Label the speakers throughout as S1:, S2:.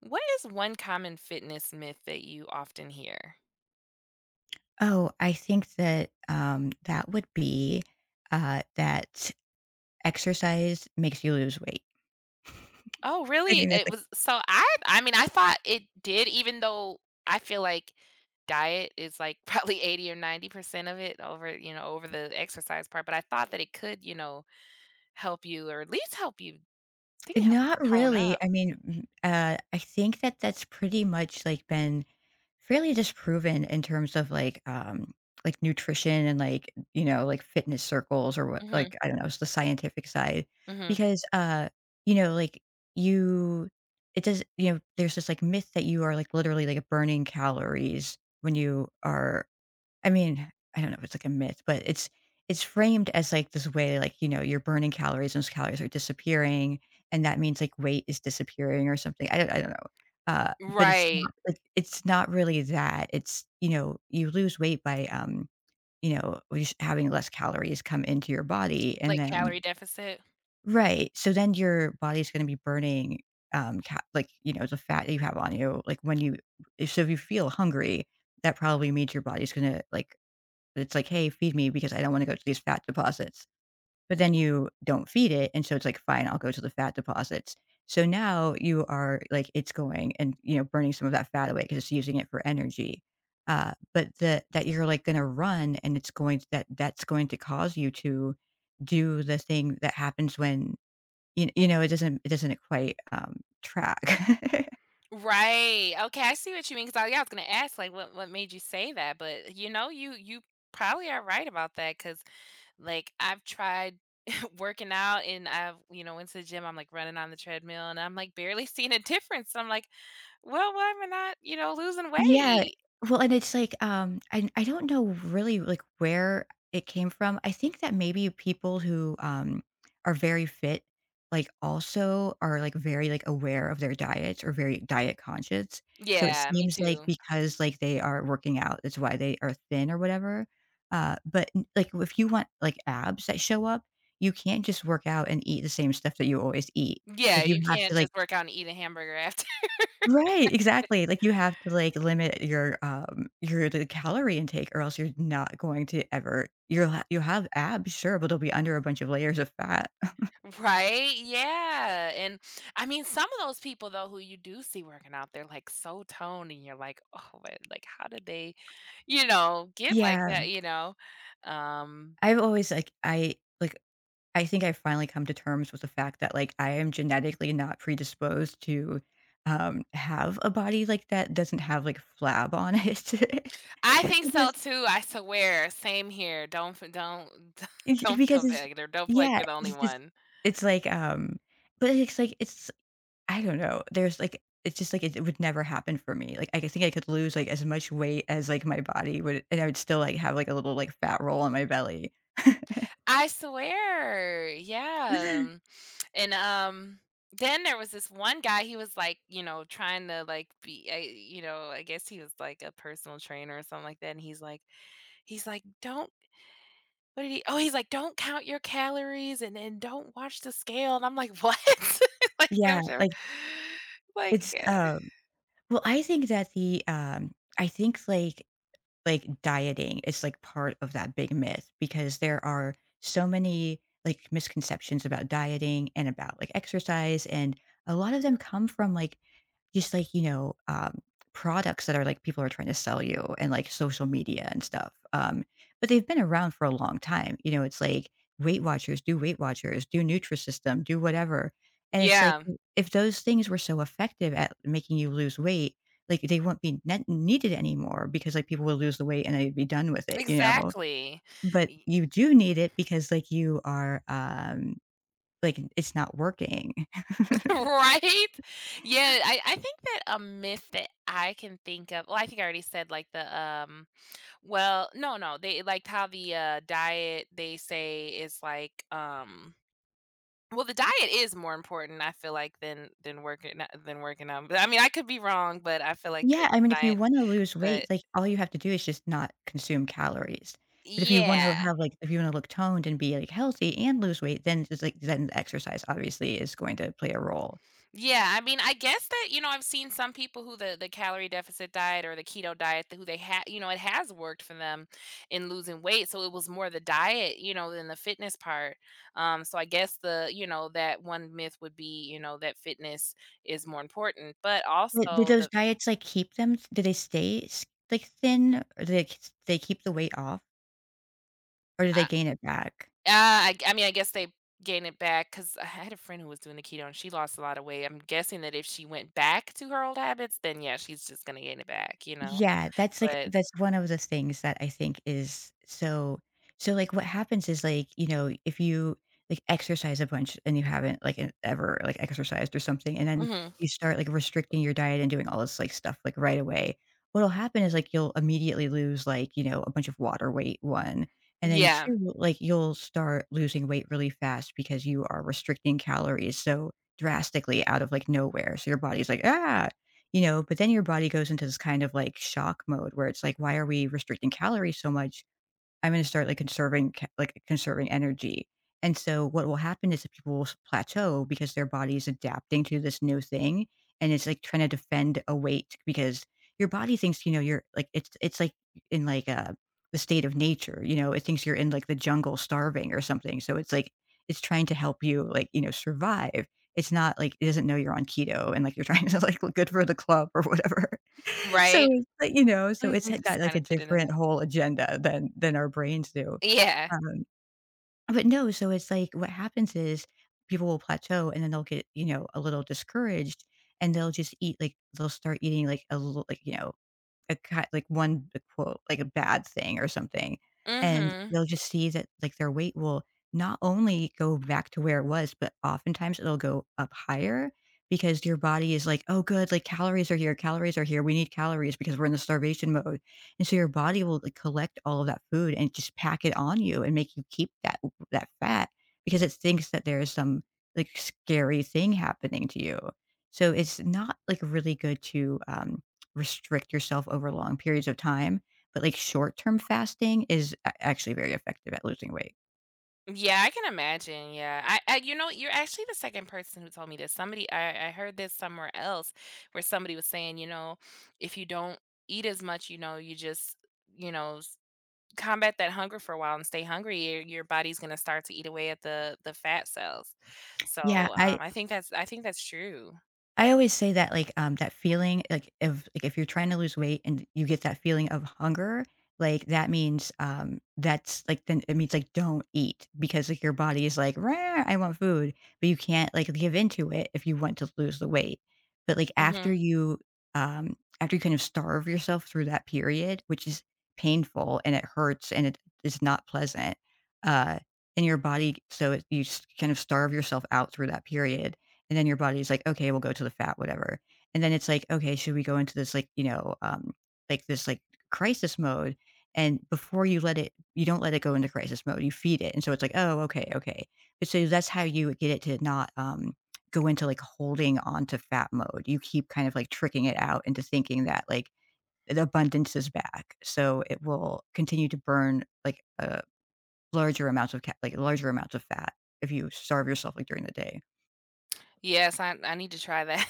S1: What is one common fitness myth that you often hear?
S2: Oh, I think that, that would be, that exercise makes you lose weight.
S1: Oh,
S2: I
S1: really?
S2: think that's
S1: It
S2: a
S1: was so I mean, I thought it did, even though I feel like diet is like probably 80 or 90% of it, over, over the exercise part, but I thought that it could, help you, or at least help you. I think it helps you
S2: Not
S1: tone
S2: really.
S1: up.
S2: I mean, I think that's pretty much like been fairly disproven in terms of like nutrition and like you know like fitness circles or what
S1: Mhm.
S2: like I don't know it's the scientific side
S1: Mhm.
S2: because you know like you it does you know there's this like myth that you are like literally like burning calories when you are. I mean, I don't know if it's like a myth, but it's framed as like this way, like, you know, you're burning calories and those calories are disappearing, and that means like weight is disappearing or something. I don't know. But it's not
S1: Right.
S2: like it's not really that. It's, you know, you lose weight by you know, just having less calories come into your body and
S1: Like,
S2: then
S1: calorie deficit.
S2: right. So then your body's gonna be burning like, you know, the fat that you have on you. Like when you if so if you feel hungry, that probably means your body's gonna like but it's like, "Hey, feed me because I don't wanna go to these fat deposits." But then you don't feed it, and so it's like, "Fine, I'll go to the fat deposits." So now you are like, it's going and, you know, burning some of that fat away because it's using it for energy. But that you're, like, gonna run and it's going to, that's going to cause you to do the thing that happens when you know, it doesn't quite, track.
S1: Right. Okay, I see what you mean, 'cause I yeah, I was gonna ask like what made you say that. But, you know, you probably are right about that because. Like, I've tried working out, and I've, went to the gym, I'm, like, running on the treadmill, and I'm, like, barely seeing a difference. I'm, like, "Well, why am I not, losing
S2: Yeah.
S1: weight?"
S2: Well, and it's like, I don't know really, like, where it came from. I think that maybe people who, are very fit, like, also are, like, very, like, aware of their diets or very diet conscious. So it
S1: Yeah, me
S2: seems like
S1: too.
S2: because, like, they are working out, that's why they are thin or whatever. But, n like, if you want, like, abs that show up, you can't just work out and eat the same stuff that you always eat.
S1: Yeah,
S2: Like, you
S1: you
S2: have to,
S1: can't
S2: like
S1: just work out and eat a hamburger after.
S2: right, exactly, like, you have to, like, limit your, the calorie intake or else you're not going to ever you'll have abs, sure, but they'll be under a bunch of layers of fat.
S1: Right? Yeah. And, I mean, some of those people, though, who you do see working out, they're, like, so toned, and you're, like, "Oh, man, like, how did they, get like
S2: Yeah,
S1: that?" You know? Um
S2: I've always, like, I think I finally come to terms with the fact that, like, I am genetically not predisposed to, have a body like that doesn't have, like, flab on it.
S1: I think so
S2: Because
S1: too, I swear, same here, don't f don't don't
S2: because
S1: feel
S2: it's
S1: bad, or don't feel like
S2: yeah,
S1: you're the only
S2: it's just
S1: one.
S2: it's like, but it's like it's I don't know. There's like it's just like it would never happen for me. Like I think I could lose like as much weight as like my body would, and I would still like have like a little like fat roll on my belly.
S1: I swear, yeah, and, then there was this one guy. He was, like, you know, trying to, like, be a you know, I guess he was, like, a personal trainer or something like that. And he's like, "Don't," what did he, oh, he's like, "Don't count your calories, and don't watch the scale," and I'm like, "What?" Like,
S2: Yeah,
S1: I'm sure
S2: like
S1: like,
S2: it's um. Well, I think that the I think like dieting is like part of that big myth because there are so many like misconceptions about dieting and about like exercise and a lot of them come from like just like, you know, products that are like people are trying to sell you and like social media and stuff. But they've been around for a long time. You know, it's like Weight Watchers, do Nutrisystem, do whatever. And it's like
S1: yeah,
S2: if those things were so effective at making you lose weight, like they wouldn't be needed anymore because like people would lose the weight and they'd be done with it, you know.
S1: exactly.
S2: But you do need it because like you are like it's not working.
S1: Right? Yeah, I think that a myth that I can think of, well, I think I already said, like, the, well, no, no, they like, how the, diet they say is like, well, the diet is more important, I feel like, than working out, but, I mean, I could be wrong, but I feel like the
S2: Yeah, I
S1: the
S2: mean, if you
S1: diet,
S2: wanna lose weight,
S1: but
S2: like, all you have to do is just not consume calories. But if you wanna
S1: yeah.
S2: have, like if you wanna look toned and be, like, healthy and lose weight, then just, like then exercise obviously is going to play a role.
S1: Yeah, I mean, I guess that, I've seen some people who the calorie deficit diet or the keto diet who they had, it has worked for them in losing weight. So it was more the diet, than the fitness part. So I guess that one myth would be, that fitness is more important, but
S2: But do
S1: also
S2: those
S1: the.
S2: diets, like, keep them do they stay s like, thin? Or do they k they keep the weight off? Or do they
S1: I,
S2: gain it back?
S1: I mean, I guess they gain it back because I had a friend who was doing the keto and she lost a lot of weight. I'm guessing that if she went back to her old habits, then yeah, she's just gonna gain it back.
S2: Yeah, that's like
S1: But.
S2: that's one of the things that I think is so like what happens is like, you know, if you like exercise a bunch and you haven't like ever like exercised or something, and then
S1: Mhm.
S2: you start like restricting your diet and doing all this like stuff like right away, what'll happen is like you'll immediately lose like, you know, a bunch of water weight, one. And then
S1: Yeah.
S2: two, like you'll start losing weight really fast because you are restricting calories so drastically out of like nowhere. So your body's like, ah, you know, but then your body goes into this kind of like shock mode where it's like, why are we restricting calories so much? I'm gonna start, like, conserving ca like, conserving energy, and so what will happen is that people will s plateau because their body is adapting to this new thing, and it's, like, trying to defend a weight because your body thinks, you know, you're like, like, in, like, a the state of nature, you know? It thinks you're in, like, the jungle starving or something, so it's, like, it's trying to help you, like, you know, survive. It's not, like it doesn't know you're on keto and, like, you're trying to, like, look good for the club or whatever. So,
S1: Right?
S2: but, you know, so it's had got,
S1: Just
S2: like,
S1: trying
S2: a
S1: to fit into
S2: different
S1: that.
S2: whole agenda than our brains do.
S1: Yeah.
S2: Um, but no, so it's like what happens is people will plateau and then they'll get, you know, a little discouraged and they'll just eat, like, they'll start eating, like, a little, like, you know a ki like, one a quote, like a bad thing or something,
S1: Mm.
S2: and
S1: Mhm.
S2: they'll just see that, like, their weight will not only go back to where it was, but oftentimes it'll go up higher because your body is like, "Oh, good, like, calories are here, we need calories because we're in the starvation mode," and so your body will, like, collect all of that food and just pack it on you and make you keep that fat because it thinks that there is some, like, scary thing happening to you, so it's not, like, really good to, restrict yourself over long periods of time, but, like, short-term fasting is a actually very effective at losing weight.
S1: Yeah, I can imagine, yeah. You're actually the second person who told me this. Somebody I heard this somewhere else, where somebody was saying, if you don't eat as much, you just, you know, s combat that hunger for a while and stay hungry, your body's gonna start to eat away at the fat cells.
S2: Yeah,
S1: So,
S2: I
S1: I think that's true.
S2: I always say that, like, that feeling, like, if you're trying to lose weight and you get that feeling of hunger, like, that means, that's like, then it means, like, don't eat because, like, your body is like, "Rah, I want food," but you can't, like, give into it if you want to lose the weight. But, like,
S1: Mhm.
S2: after you kind of starve yourself through that period, which is painful and it hurts and it is not pleasant, uh, in your body, so it, you s kind of starve yourself out through that period. And then your body's like, "Okay, we'll go to the fat, whatever." And then it's like, "Okay, should we go into this like, you know, like this like crisis mode?" And before you let it you don't let it go into crisis mode, you feed it. And so it's like, "Oh, okay, okay." But so that's how you get it to not, go into like holding on to fat mode. You keep kind of like tricking it out into thinking that like the abundance is back. So it will continue to burn like, larger amounts of ca like larger amounts of fat if you starve yourself like during the day.
S1: Yes, I need to try that.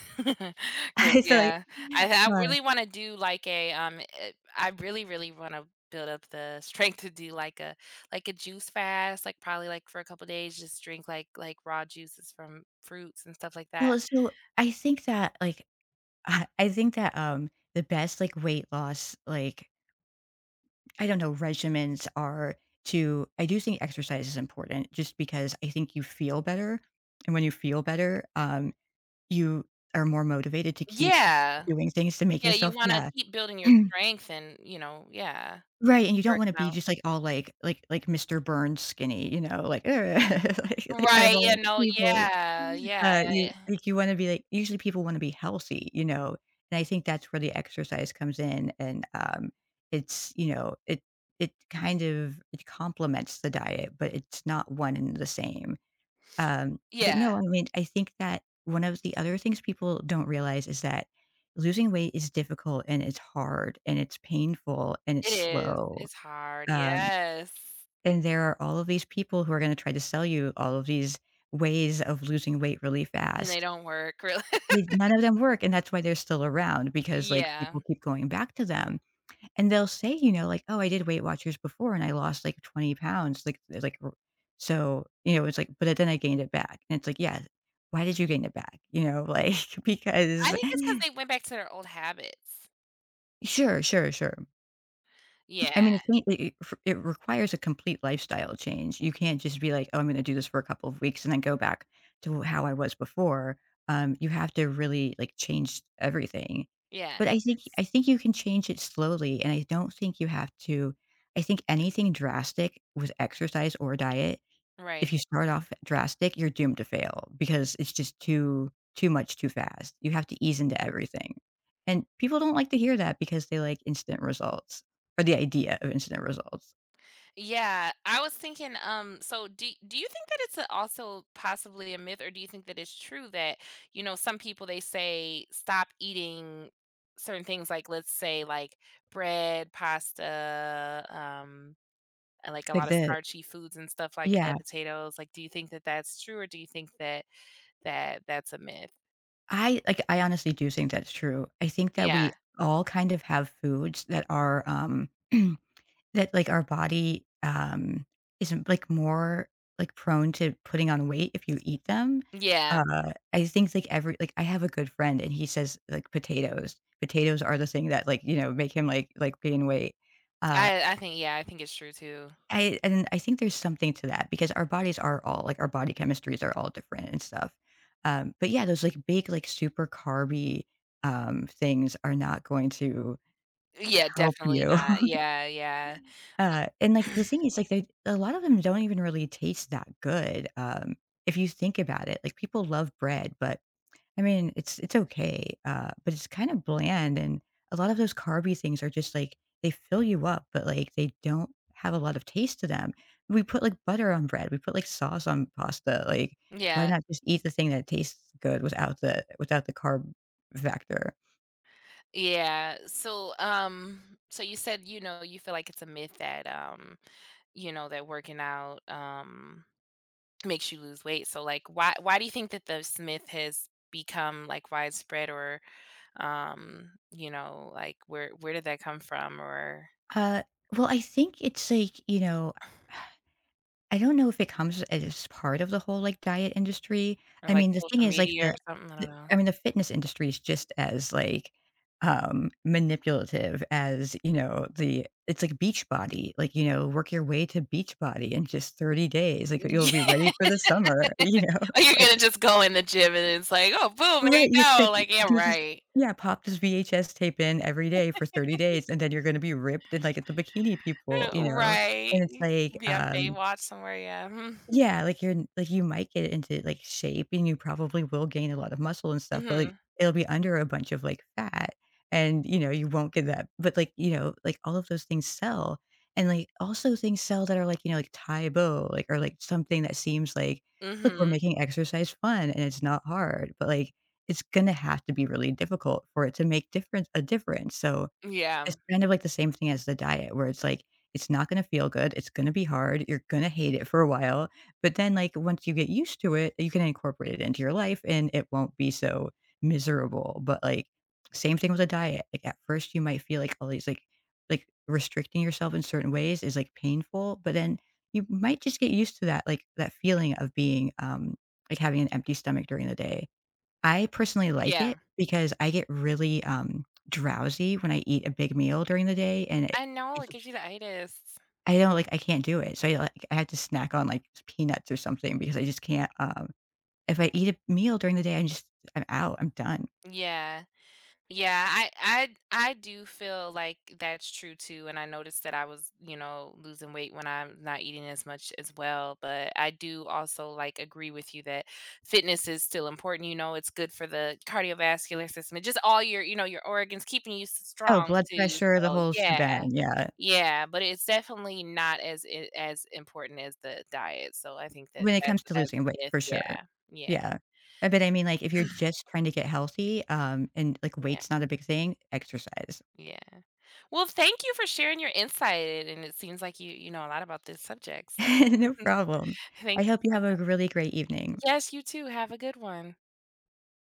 S1: Cause
S2: I feel like
S1: yeah, I
S2: uh,
S1: really wanna do like a, I really, really wanna build up the strength to do like a juice fast, like, probably, like, for a couple days, just drink like raw juices from fruits and stuff like that.
S2: well, so I think that, like, I think that, the best, like, weight loss, like, I don't know, regimens are to I do think exercise is important just because I think you feel better, and when you feel better, you are more motivated to keep
S1: Yeah.
S2: doing things to make
S1: Yeah, you
S2: yourself
S1: wanna
S2: yeah.
S1: keep building your strength and, yeah,
S2: Right, and you don't wanna
S1: working
S2: be
S1: out.
S2: just, like, all, like Mr. Burns skinny, you know, like, I have
S1: Right, yeah,
S2: all the
S1: no,
S2: people
S1: yeah, yeah,
S2: You
S1: yeah,
S2: like, you wanna be like usually people wanna be healthy, you know? And I think that's where the exercise comes in, and, it's, you know, it kind of it complements the diet, but it's not one and the same. But
S1: yeah.
S2: no, I mean, I think that one of the other things people don't realize is that losing weight is difficult, and it's hard, and it's painful, and it's
S1: It is.
S2: slow.
S1: It's hard,
S2: Um,
S1: yes.
S2: and there are all of these people who are gonna try to sell you all of these ways of losing weight really
S1: And they
S2: fast.
S1: don't work, really.
S2: They None of them work, and that's why they're still around because, like, people
S1: Yeah.
S2: keep going back to them, and they'll say, you know, like, "Oh, I did Weight Watchers before and I lost, like, 20 pounds," like they're like, r so, you know, it's like, "But then I gained it back," and it's like, "Yeah, why did you gain it back?" You know, like,
S1: I
S2: because
S1: think it's because they went back to their old habits.
S2: sure, sure, sure. I
S1: Yeah,
S2: mean, it change it it requires a complete lifestyle change. You can't just be like, "Oh, I'm gonna do this for a couple of weeks and then go back to how I was before." You have to really, like, change everything.
S1: yeah,
S2: But I think you can change it slowly, and I don't think you have to I think anything drastic with exercise or diet,
S1: right.
S2: if you start off drastic, you're doomed to fail because it's just too much too fast. You have to ease into everything. And people don't like to hear that because they like instant results or the idea of instant results.
S1: Yeah, I was thinking, so do you think that it's a also possibly a myth, or do you think that it's true that, you know, some people, they say, "Stop eating certain things," like, let's say, like, bread, pasta, and, like, a
S2: Like
S1: lot of
S2: the
S1: starchy foods and stuff like
S2: yeah,
S1: that, potatoes, like, do you think that that's true, or do you think that that's a myth?
S2: I honestly do think that's true. I think that
S1: Yeah,
S2: we all kind of have foods that are that, like, our body, isn't, like, more, like, prone to putting on weight if you eat them.
S1: yeah.
S2: I think, like, I have a good friend, and he says, like, potatoes. Potatoes are the thing that, like, you know, make him, gain weight. Uh,
S1: I think it's true too.
S2: I And I think there's something to that because our bodies are all like, our body chemistries are all different and stuff. But, yeah, those, like, big, like, super carby, things are not going to
S1: Yeah,
S2: help
S1: definitely
S2: you.
S1: not. Yeah, yeah.
S2: And, like, the thing is, like, they a lot of them don't even really taste that good, if you think about it. Like, people love bread, but, I mean, it's okay, but it's kind of bland, and a lot of those carby things are just, like, they fill you up, but, like, they don't have a lot of taste to them. We put, like, butter on bread, we put, like, sauce on pasta, like, why
S1: Yeah,
S2: not just eat the thing that tastes good without the without the carb factor?
S1: yeah. So, so you said, you feel like it's a myth that, that working out, makes you lose weight. So, like, why do you think that this myth has become, like, widespread, or, like, where did that come from, or
S2: Uh, well, I think it's, like, you know, I don't know if it comes as part of the whole, like, diet industry.
S1: or,
S2: I
S1: like,
S2: mean, the thing
S1: social
S2: is, like,
S1: media or something? I
S2: the
S1: don't know.
S2: I mean, the fitness industry is just as, like, manipulative as, you know, the it's like beach body, like, you know, work your way to beach body in just 30 days, like, you'll be ready for the summer, you know?
S1: Yeah,
S2: It's
S1: you're
S2: like
S1: gonna just go in the gym and it's like, "Oh, boom, there you
S2: right, it's like,
S1: go." Like, yeah,
S2: do this.
S1: right.
S2: Yeah, pop this VHS tape in every day for 30 days, and then you're gonna be ripped and, like, at the bikini people, you know? And
S1: Right.
S2: it's like,
S1: Be on Baywatch somewhere, yeah.
S2: yeah, like, you're like, you might get into, like, shape, and you probably will gain a lot of muscle and stuff, but, like,
S1: Mhm.
S2: it'll be under a bunch of, like, fat, and, you know, you won't get that but, like, you know, like, all of those things sell, and, like, also things sell that are, like, you know, like, Taebo, like, or, like, something that seems like, "Look, we're
S1: Mhm. Mhm.
S2: making exercise fun, and it's not hard," but, like, it's gonna have to be really difficult for it to make difference a difference, so
S1: Yeah,
S2: it's kind of like the same thing as the diet where it's like, it's not gonna feel good, it's gonna be hard, you're gonna hate it for a while, but then, like, once you get used to it, you can incorporate it into your life and it won't be so miserable, but, like, same thing with a diet, like, at first you might feel like all these, restricting yourself in certain ways is, like, painful, but then you might just get used to that, like, that feeling of being, like, having an empty stomach during the day. I personally like
S1: yeah.
S2: it because I get really, drowsy when I eat a big meal during the day, and it
S1: I know,
S2: it
S1: it
S2: just
S1: gives you the itis.
S2: I don't I can't do it. So, I had to snack on, like, peanuts or something because I just can't, if I eat a meal during the day, I'm out, I'm done.
S1: Yeah. Yeah, I do feel like that's true too, and I noticed that I was, losing weight when I'm not eating as much as well, but I do also like agree with you that fitness is still important, it's good for the cardiovascular system. It's just all your organs, keeping you
S2: Oh,
S1: strong
S2: blood
S1: too.
S2: pressure, the
S1: So,
S2: whole
S1: yeah.
S2: shebang, yeah.
S1: Yeah, but it's definitely not as important as the diet. So, I think that
S2: When it
S1: that's
S2: comes to
S1: that's
S2: losing weight,
S1: a myth.
S2: for sure.
S1: Yeah. Yeah.
S2: Yeah. But I mean, like, if you're just trying to get healthy, and, like,
S1: Yeah.
S2: weight's not a big thing, exercise.
S1: Yeah. Well, thank you for sharing your insight, and it seems like you know a lot about this subject, so
S2: No problem. I
S1: thank
S2: hope
S1: you
S2: you
S1: so
S2: have a
S1: much.
S2: really great evening.
S1: Yes, you too. Have a good one.